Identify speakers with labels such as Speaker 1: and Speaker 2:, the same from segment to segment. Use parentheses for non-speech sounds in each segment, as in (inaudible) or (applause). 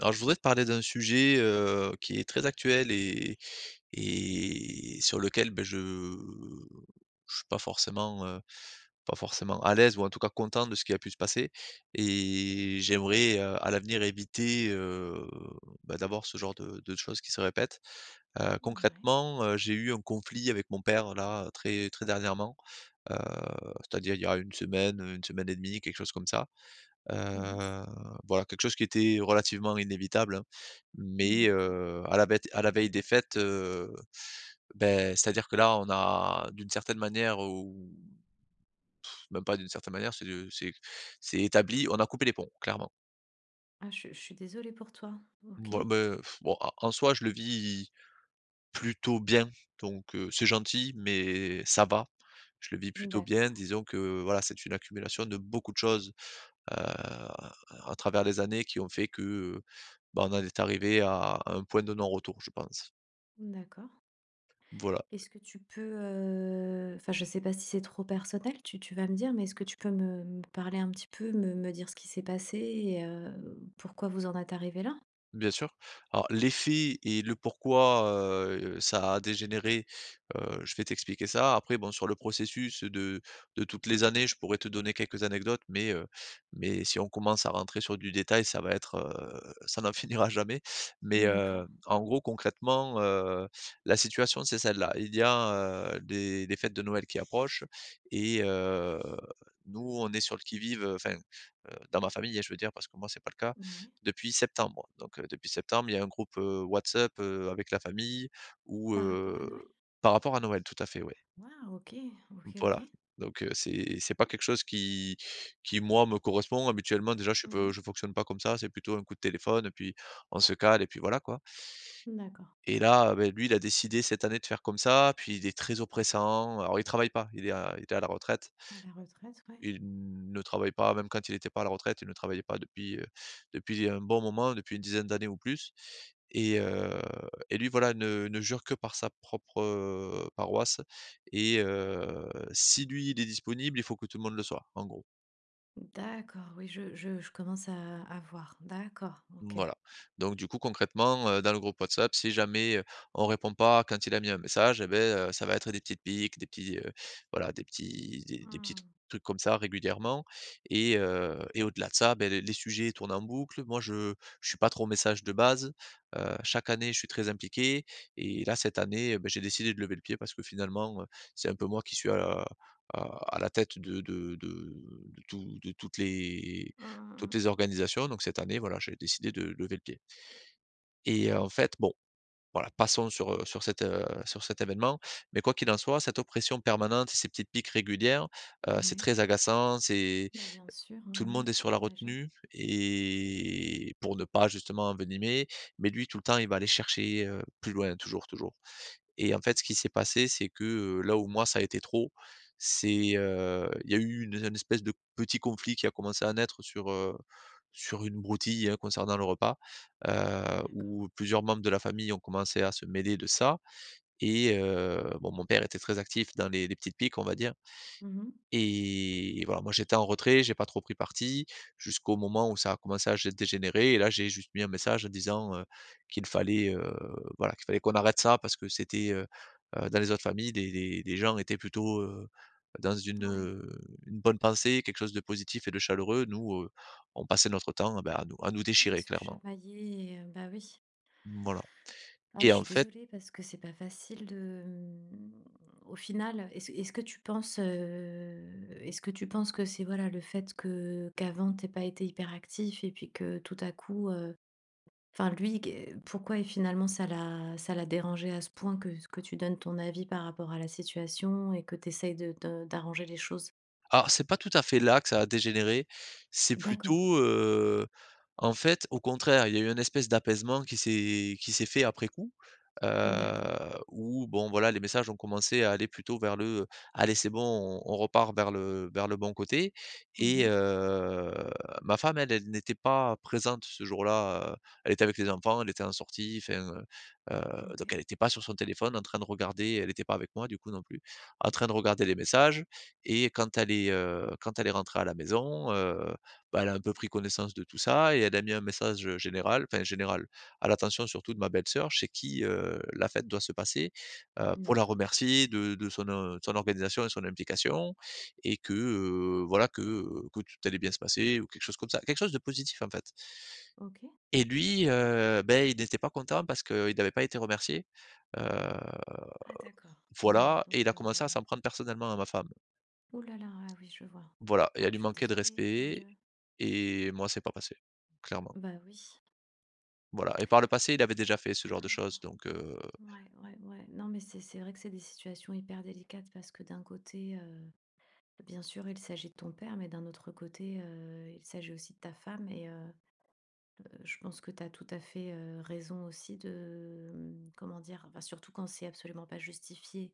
Speaker 1: Alors, je voudrais te parler d'un sujet, qui est très actuel et sur lequel, beh, je suis pas forcément, à l'aise ou en tout cas content de ce qui a pu se passer et j'aimerais, à l'avenir éviter, bah, d'avoir ce genre de choses qui se répètent.
Speaker 2: Ouais,
Speaker 1: Concrètement, j'ai eu un conflit avec mon père là, très très dernièrement, heu, c'est-à-dire il y a une semaine et demie, quelque chose comme ça.
Speaker 2: mince.
Speaker 1: Heu, voilà, quelque chose qui était relativement inévitable, hein, mais
Speaker 2: D'accord.
Speaker 1: à la bête à la veille des fêtes, beh, c'est-à-dire que là, on a d'une certaine manière ou même pas d'une certaine manière, c'est de c'est établi, on a coupé les ponts, clairement.
Speaker 2: Ah, je suis désolée pour toi. Ok.
Speaker 1: Voi me bon, en soi, je le vis plutôt bien, donc c'est gentil, mais ça va. Je le vis plutôt bien.
Speaker 2: D'accord.
Speaker 1: Disons que voilà, c'est une accumulation de beaucoup de choses, heu, à travers les années qui ont fait que, bah, on en est arrivé à un point de non-retour, je pense.
Speaker 2: D'accord.
Speaker 1: Voilà.
Speaker 2: Est-ce que tu peux... Enfin, je sais pas si c'est trop personnel, tu vas me dire, mais est-ce que tu peux me parler un petit peu, me dire ce qui s'est passé et pourquoi vous en êtes arrivé là?
Speaker 1: Bien sûr. Alors l'effet et le pourquoi, ça a dégénéré, je vais t'expliquer ça. Après bon sur le processus de toutes les années, je pourrais te donner quelques anecdotes, mais si on commence à rentrer sur du détail, ça n'en (laughs) finira jamais. Mais
Speaker 2: D'accord.
Speaker 1: en gros concrètement, la situation c'est celle-là. Il y a, des fêtes de Noël qui approchent et nous on est sur le qui-vive, enfin, dans ma famille, hein, je veux dire parce que moi c'est pas le cas,
Speaker 2: Ouais.
Speaker 1: depuis septembre, il y a un groupe, WhatsApp, avec la famille ou
Speaker 2: Par rapport à Noël?
Speaker 1: par rapport à Noël, tout à fait, ouais.
Speaker 2: Waouh, ok, ok, ok.
Speaker 1: Voilà, donc c'est pas quelque chose qui moi me correspond. Habituellement, déjà,
Speaker 2: Mhm.
Speaker 1: je fonctionne pas comme ça, c'est plutôt un coup de téléphone et puis on se cale et puis voilà, quoi.
Speaker 2: D'accord.
Speaker 1: Et là, beh, lui, il a décidé cette année de faire comme ça, puis il est très oppressant. Alors il travaille pas, il est à la retraite.
Speaker 2: À la retraite, ouais.
Speaker 1: Il ne travaille pas, même quand il était pas à la retraite, il ne travaillait pas depuis, depuis un bon moment, depuis une dizaine d'années ou plus. Et heu et lui voilà ne jure que par sa propre, paroisse et si lui il est disponible, il faut que tout le monde le soit, en gros.
Speaker 2: D'accord, oui, je commence à voir. D'accord, ok.
Speaker 1: Voilà. Donc du coup, concrètement, dans le groupe WhatsApp, si jamais, on répond pas quand il a mis un message et beh, ça va être des petites piques, des petits, voilà, des petits
Speaker 2: Hmm,
Speaker 1: trucs comme ça régulièrement. Et au-delà de ça, ben les sujets tournent en boucle. Moi, je suis pas trop au message de base. Chaque année, je suis très impliqué et là, cette année, eh ben j'ai décidé de lever le pied parce que finalement, c'est un peu moi qui suis à la à à la tête de tout de toutes
Speaker 2: hmm,
Speaker 1: les organisations. Donc cette année, voilà, j'ai décidé de lever le pied. Et en fait, bon, voilà, passons sur cet événement. Mais quoi qu'il en soit, cette oppression permanente et ces petites piques régulières, c'est
Speaker 2: ouais,
Speaker 1: très agaçant. C'est
Speaker 2: bah, bien sûr,
Speaker 1: Tout
Speaker 2: oui,
Speaker 1: le monde
Speaker 2: oui,
Speaker 1: est sur la
Speaker 2: j'imagine.
Speaker 1: retenue et pour ne pas justement envenimer, mais lui tout le temps, il va aller chercher, plus loin, toujours, toujours. Et en fait, ce qui s'est passé, c'est que, là où moi ça a été trop, c'est, il y a eu une espèce de petit conflit qui a commencé à naître sur une broutille, hein, concernant le repas,
Speaker 2: D'accord.
Speaker 1: où plusieurs membres de la famille ont commencé à se mêler de ça. Et bon, mon père était très actif dans les petites piques, on va dire,
Speaker 2: Mmh.
Speaker 1: et voilà, moi j'étais en retrait, j'ai pas trop pris parti jusqu'au moment où ça a commencé à gé dégénérer et là j'ai juste mis un message en disant, qu'il fallait, qu'on arrête ça parce que c'était. Dans les autres familles, les les gens étaient plutôt, dans une,
Speaker 2: Ouais,
Speaker 1: une bonne pensée, quelque chose de positif et de chaleureux. Nous, on passait notre temps, bah, à nous
Speaker 2: à
Speaker 1: déchirer
Speaker 2: se
Speaker 1: clairement.
Speaker 2: chamailler et bah, oui.
Speaker 1: Voilà.
Speaker 2: Ah,
Speaker 1: Et
Speaker 2: je
Speaker 1: en
Speaker 2: suis
Speaker 1: fait,
Speaker 2: désolée parce que c'est pas facile de, mmh, au final, est-ce que tu penses, est-ce que tu penses que c'est, voilà, le fait que qu'avant tu pas été hyperactif et puis que tout à coup, enfin lui qu pourquoi et finalement ça l'a dérangé à ce point que tu donnes ton avis par rapport à la situation et que t'essayes de d'arranger les choses?
Speaker 1: alors, c'est pas tout à fait là que ça a dégénéré. C'est
Speaker 2: D'accord.
Speaker 1: plutôt, en fait, au contraire, il y a eu une espèce d'apaisement qui s'est fait après coup, heu,
Speaker 2: D'accord.
Speaker 1: où bon, voilà, les messages ont commencé à aller plutôt vers le : « Allez, c'est bon, on repart vers le bon côté », et
Speaker 2: Mmh.
Speaker 1: ma femme, elle, elle n'était pas présente ce jour-là, elle était avec les enfants, elle était en sortie, enfin, heu, donc
Speaker 2: OK.
Speaker 1: elle n'était pas sur son téléphone en train de regarder, elle n'était pas avec moi, du coup, non plus, en train de regarder les messages. Et quand elle est rentrée à la maison, bah, elle a un peu pris connaissance de tout ça et elle a mis un message, général, enfin général, à l'attention surtout de ma belle-sœur chez qui, la fête doit se passer, pour la
Speaker 2: D'accord.
Speaker 1: remercier de son organisation et son implication, et que tout allait bien se passer ou quelque chose comme ça. Quelque chose de positif, en fait.
Speaker 2: OK.
Speaker 1: Et lui, beh, il n'était pas content parce qu'il n'avait pas été remercié, heu,
Speaker 2: Ah d'accord. Ouais
Speaker 1: voilà, et il
Speaker 2: donc
Speaker 1: a commencé à s'en prendre personnellement à ma femme.
Speaker 2: ouh là là, ah oui je vois.
Speaker 1: Voilà, et à
Speaker 2: Ah je
Speaker 1: lui
Speaker 2: suis
Speaker 1: manquer de
Speaker 2: désolée, mon
Speaker 1: respect.
Speaker 2: Dieu.
Speaker 1: Et moi, c'est pas passé, clairement.
Speaker 2: Bah oui.
Speaker 1: Voilà, et par le passé, il avait déjà fait ce genre de choses
Speaker 2: Ah,
Speaker 1: donc
Speaker 2: ouais, ouais, ouais. Non mais c'est vrai que c'est des situations hyper délicates parce que d'un côté, bien sûr il s'agit de ton père, mais d'un autre côté, il s'agit aussi de ta femme et je pense que tu as tout à fait, raison aussi de, mmh, comment dire? Enfin surtout quand c'est absolument pas justifié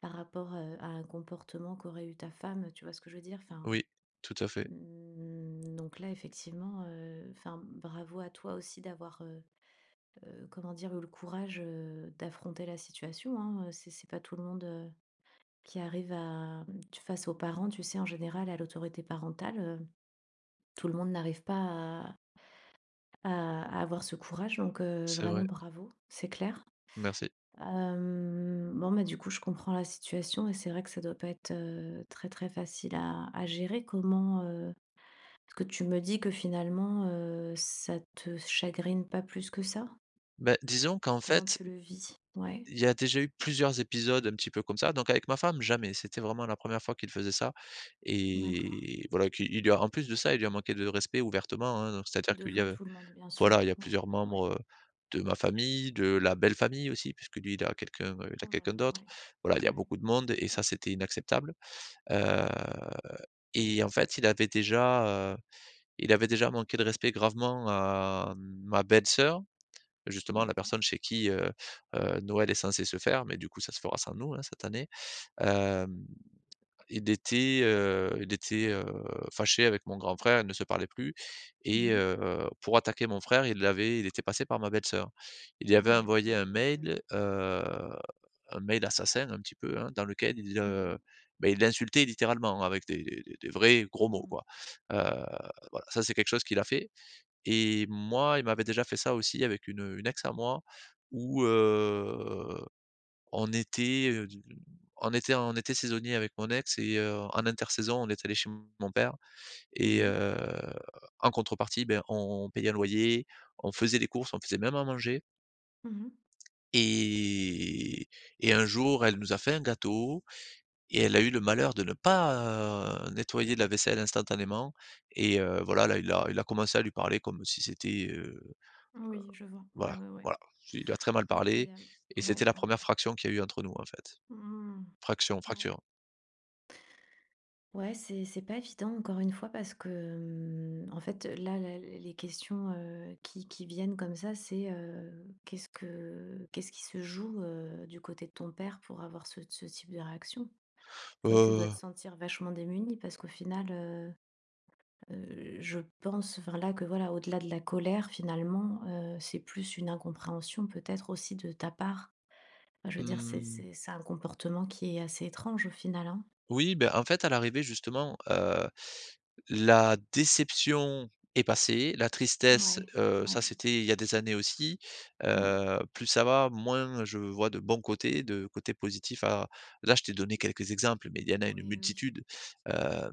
Speaker 2: par rapport, à un comportement qu'aurait eu ta femme, tu vois ce que je veux dire? Enfin
Speaker 1: Oui, tout à fait,
Speaker 2: mmh, donc là, effectivement, enfin, bravo à toi aussi d'avoir, comment dire? Eu le courage, d'affronter la situation, hein, c'est pas tout le monde, qui arrive à mmh, tu face aux parents, tu sais, en général, à l'autorité parentale, tout le monde n'arrive pas à avoir ce courage, donc
Speaker 1: c'est
Speaker 2: vraiment
Speaker 1: vrai,
Speaker 2: bravo, c'est clair.
Speaker 1: merci.
Speaker 2: Hem, bon, bah, du coup, je comprends la situation et c'est vrai que ça doit pas être, très, très facile à gérer. Comment, parce que tu me dis que finalement, ça te chagrine pas plus que ça?
Speaker 1: Ben, disons qu'en
Speaker 2: Comment
Speaker 1: fait,
Speaker 2: tu le vis? Ouais,
Speaker 1: il y a déjà eu plusieurs épisodes un petit peu comme ça, donc avec ma femme, jamais. C'était vraiment la première fois qu'il faisait ça
Speaker 2: d'accord.
Speaker 1: et voilà qu'il il lui a, en plus de ça, il lui a manqué de respect ouvertement, hein, donc c'est-à-dire qu'il y
Speaker 2: Devant
Speaker 1: a…
Speaker 2: tout le monde, bien
Speaker 1: Voilà,
Speaker 2: sûr.
Speaker 1: il y a
Speaker 2: Ouais,
Speaker 1: plusieurs
Speaker 2: ouais.
Speaker 1: membres, de ma famille, de la belle-famille aussi, puisque lui, il a
Speaker 2: Oh là
Speaker 1: quelqu'un
Speaker 2: là,
Speaker 1: d'autre.
Speaker 2: ouais.
Speaker 1: Voilà, il y a
Speaker 2: Ouais,
Speaker 1: beaucoup de monde et ça, c'était inacceptable. Heu et en fait, il avait déjà manqué de respect gravement à ma belle-sœur, justement la
Speaker 2: d'accord.
Speaker 1: personne chez qui, Noël est censé se faire, mais du coup, ça se fera sans nous, hein, cette année. Hem il était fâché avec mon grand frère, ils ne se parlaient plus, et
Speaker 2: Mmh.
Speaker 1: pour attaquer mon frère, il était passé par ma belle-sœur. Il lui
Speaker 2: Oh
Speaker 1: avait
Speaker 2: là là,
Speaker 1: envoyé
Speaker 2: ouais, donc
Speaker 1: un mail assassin un petit peu, hein, dans lequel il,
Speaker 2: mmh mh.
Speaker 1: bah, il l'insultait littéralement avec des vrais gros mots,
Speaker 2: Mmh.
Speaker 1: quoi. Heu, voilà, ça c'est quelque chose qu'il a fait, et moi, il m'avait déjà fait ça aussi avec une ex à moi, où, en été, d en été saisonnier avec mon ex, et en intersaison, on est allé chez mon père,
Speaker 2: Mmh
Speaker 1: et
Speaker 2: mh.
Speaker 1: en contrepartie, ben, on payait un loyer, on faisait des courses, on faisait même à manger.
Speaker 2: Mmh. Mmh.
Speaker 1: et et un jour, elle nous a fait un gâteau, et elle a eu le malheur de ne pas, nettoyer la vaisselle instantanément, et voilà, là, il a commencé à lui parler comme si c'était…
Speaker 2: Oui, je vois. Ouais,
Speaker 1: Voilà,
Speaker 2: ouais, ouais.
Speaker 1: voilà, il lui a très mal parlé,
Speaker 2: Incroyable.
Speaker 1: et c'était
Speaker 2: Ouais,
Speaker 1: la
Speaker 2: ouais.
Speaker 1: première fraction qu'il y a eu entre nous, en fait.
Speaker 2: Mmh.
Speaker 1: Fraction,
Speaker 2: Ouais.
Speaker 1: fracture.
Speaker 2: Ouais, c'est pas évident encore une fois parce que, hem, en fait, là, la les questions, qui viennent comme ça, c'est, qu'est-ce qui se joue, du côté de ton père pour avoir ce type de réaction? Toi, tu dois
Speaker 1: Heu,
Speaker 2: te sentir vachement démunie parce qu'au final, je pense, enfin, là, que voilà, au-delà de la colère finalement, c'est plus une incompréhension peut-être aussi de ta part? Enfin, je veux dire,
Speaker 1: mmh,
Speaker 2: c'est un comportement qui est assez étrange au final, hein?
Speaker 1: oui, ben, en fait, à l'arrivée, justement, la déception est passée, la tristesse,
Speaker 2: Ouais,
Speaker 1: ça
Speaker 2: ouais,
Speaker 1: c'était il y a des années aussi,
Speaker 2: ouais.
Speaker 1: plus ça va, moins je vois de bons côtés, de côtés positifs à Là, je t'ai donné quelques exemples, mais il y en a une
Speaker 2: Oui, oui.
Speaker 1: multitude. Hem,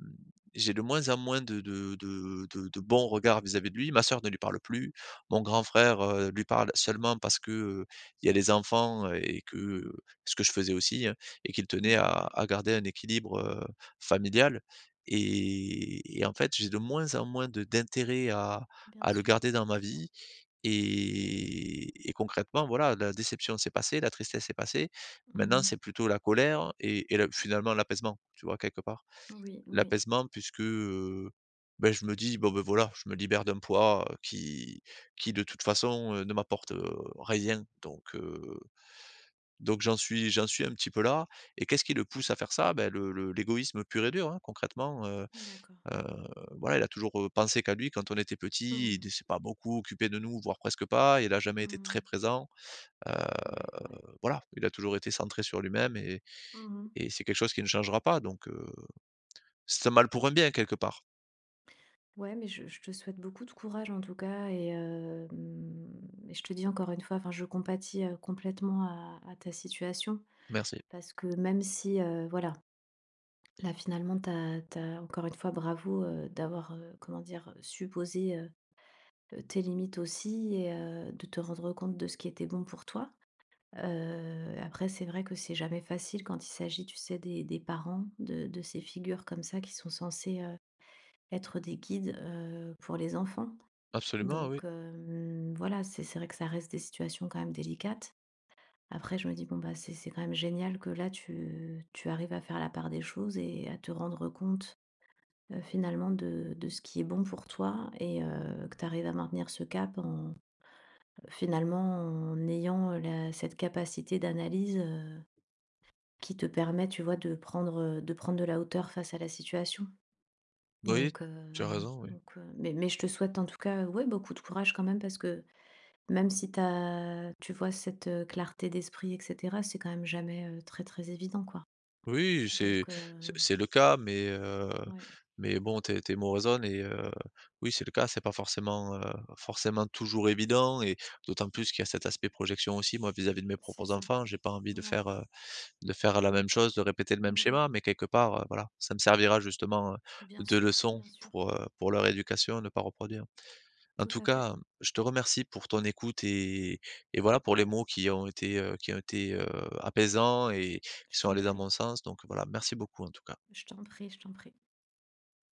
Speaker 1: j'ai de moins en moins de bons regards vis-à-vis de lui. Ma sœur ne lui parle plus, mon grand frère, lui parle seulement parce que, il y a les enfants et
Speaker 2: Mmh.
Speaker 1: que, ce que je faisais aussi, hein, et qu'il tenait
Speaker 2: Ouais,
Speaker 1: à
Speaker 2: ouais,
Speaker 1: à garder un équilibre, familial. Et en fait, j'ai de moins en moins de d'intérêt à
Speaker 2: bien
Speaker 1: à le
Speaker 2: sûr.
Speaker 1: garder dans ma vie, et concrètement, voilà, la déception s'est passée, la tristesse s'est passée. Maintenant,
Speaker 2: Mmh.
Speaker 1: c'est plutôt la colère et la, finalement, l'apaisement, tu vois, quelque part.
Speaker 2: Oui, oui,
Speaker 1: L'apaisement puisque, ben, je me dis : « Bon, ben, voilà, je me libère d'un poids, qui de toute façon, ne m'apporte, rien ». Donc donc j'en suis un petit peu là, et qu'est-ce qui le pousse à faire ça? Ben, le l'égoïsme pur et dur, hein, concrètement.
Speaker 2: d'accord.
Speaker 1: Heu, voilà, il a toujours, pensé qu'à lui, quand on était petit,
Speaker 2: Mmh.
Speaker 1: il ne s'est pas beaucoup occupé de nous, voire presque pas. Il n'a jamais
Speaker 2: Mmh
Speaker 1: été très
Speaker 2: mh.
Speaker 1: présent. Heu,
Speaker 2: Ouais, ouais.
Speaker 1: voilà, il a toujours été centré sur lui-même, et,
Speaker 2: Mmh.
Speaker 1: c'est quelque chose qui ne changera pas donc c'est un mal pour un bien quelque part.
Speaker 2: Ouais, mais je te souhaite beaucoup de courage en tout cas et hem et je te dis encore une fois, enfin je compatis, complètement à ta situation
Speaker 1: Merci.
Speaker 2: parce que même si, voilà, là finalement t'as as encore une fois bravo, d'avoir, comment dire? Supposé tes limites aussi et de te rendre compte de ce qui était bon pour toi. Après c'est vrai que c'est jamais facile quand il s'agit, tu sais, des parents, de ces figures comme ça qui sont censées, être des guides, pour les enfants.
Speaker 1: Absolument,
Speaker 2: Donc
Speaker 1: oui.
Speaker 2: hem, voilà, c'est vrai que ça reste des situations quand même délicates. Après je me dis: «Bon, bah, c'est quand même génial que là tu arrives à faire la part des choses et à te rendre compte, finalement de ce qui est bon pour toi et que tu arrives à maintenir ce cap en finalement en ayant la cette capacité d'analyse, heu». Qui te permet, tu vois, de prendre de la hauteur face à la situation.
Speaker 1: Oui,
Speaker 2: Donc heu,
Speaker 1: tu as raison, oui.
Speaker 2: donc mais je te souhaite en tout cas, ouais, beaucoup de courage quand même parce que même si t'as, tu vois, cette, clarté d'esprit et cetera, c'est quand même jamais, très, très évident, quoi.
Speaker 1: Oui, c'est,
Speaker 2: Donc
Speaker 1: c'est c'est le cas mais heu,
Speaker 2: ouais,
Speaker 1: mais bon, tes mots résonnent et oui, c'est le cas, c'est pas forcément toujours évident, et d'autant plus qu'il y a cet aspect projection aussi. Moi, vis-à-vis de mes
Speaker 2: c'est
Speaker 1: propres
Speaker 2: ça.
Speaker 1: enfants, j'ai pas envie de
Speaker 2: Ouais.
Speaker 1: faire, la même chose, de répéter le même
Speaker 2: Mmh mh.
Speaker 1: schéma, mais quelque part, voilà, ça me servira justement,
Speaker 2: Bien
Speaker 1: de
Speaker 2: sûr,
Speaker 1: leçon
Speaker 2: bien sûr.
Speaker 1: pour leur éducation, ne pas reproduire. En
Speaker 2: Tout
Speaker 1: tout
Speaker 2: à fait.
Speaker 1: cas, je te remercie pour ton écoute, et voilà pour les mots qui ont été apaisants et
Speaker 2: Je
Speaker 1: qui sont
Speaker 2: t'en
Speaker 1: allés dans
Speaker 2: prie.
Speaker 1: mon sens, donc voilà, merci beaucoup en tout cas.
Speaker 2: Je t'en prie, je t'en prie.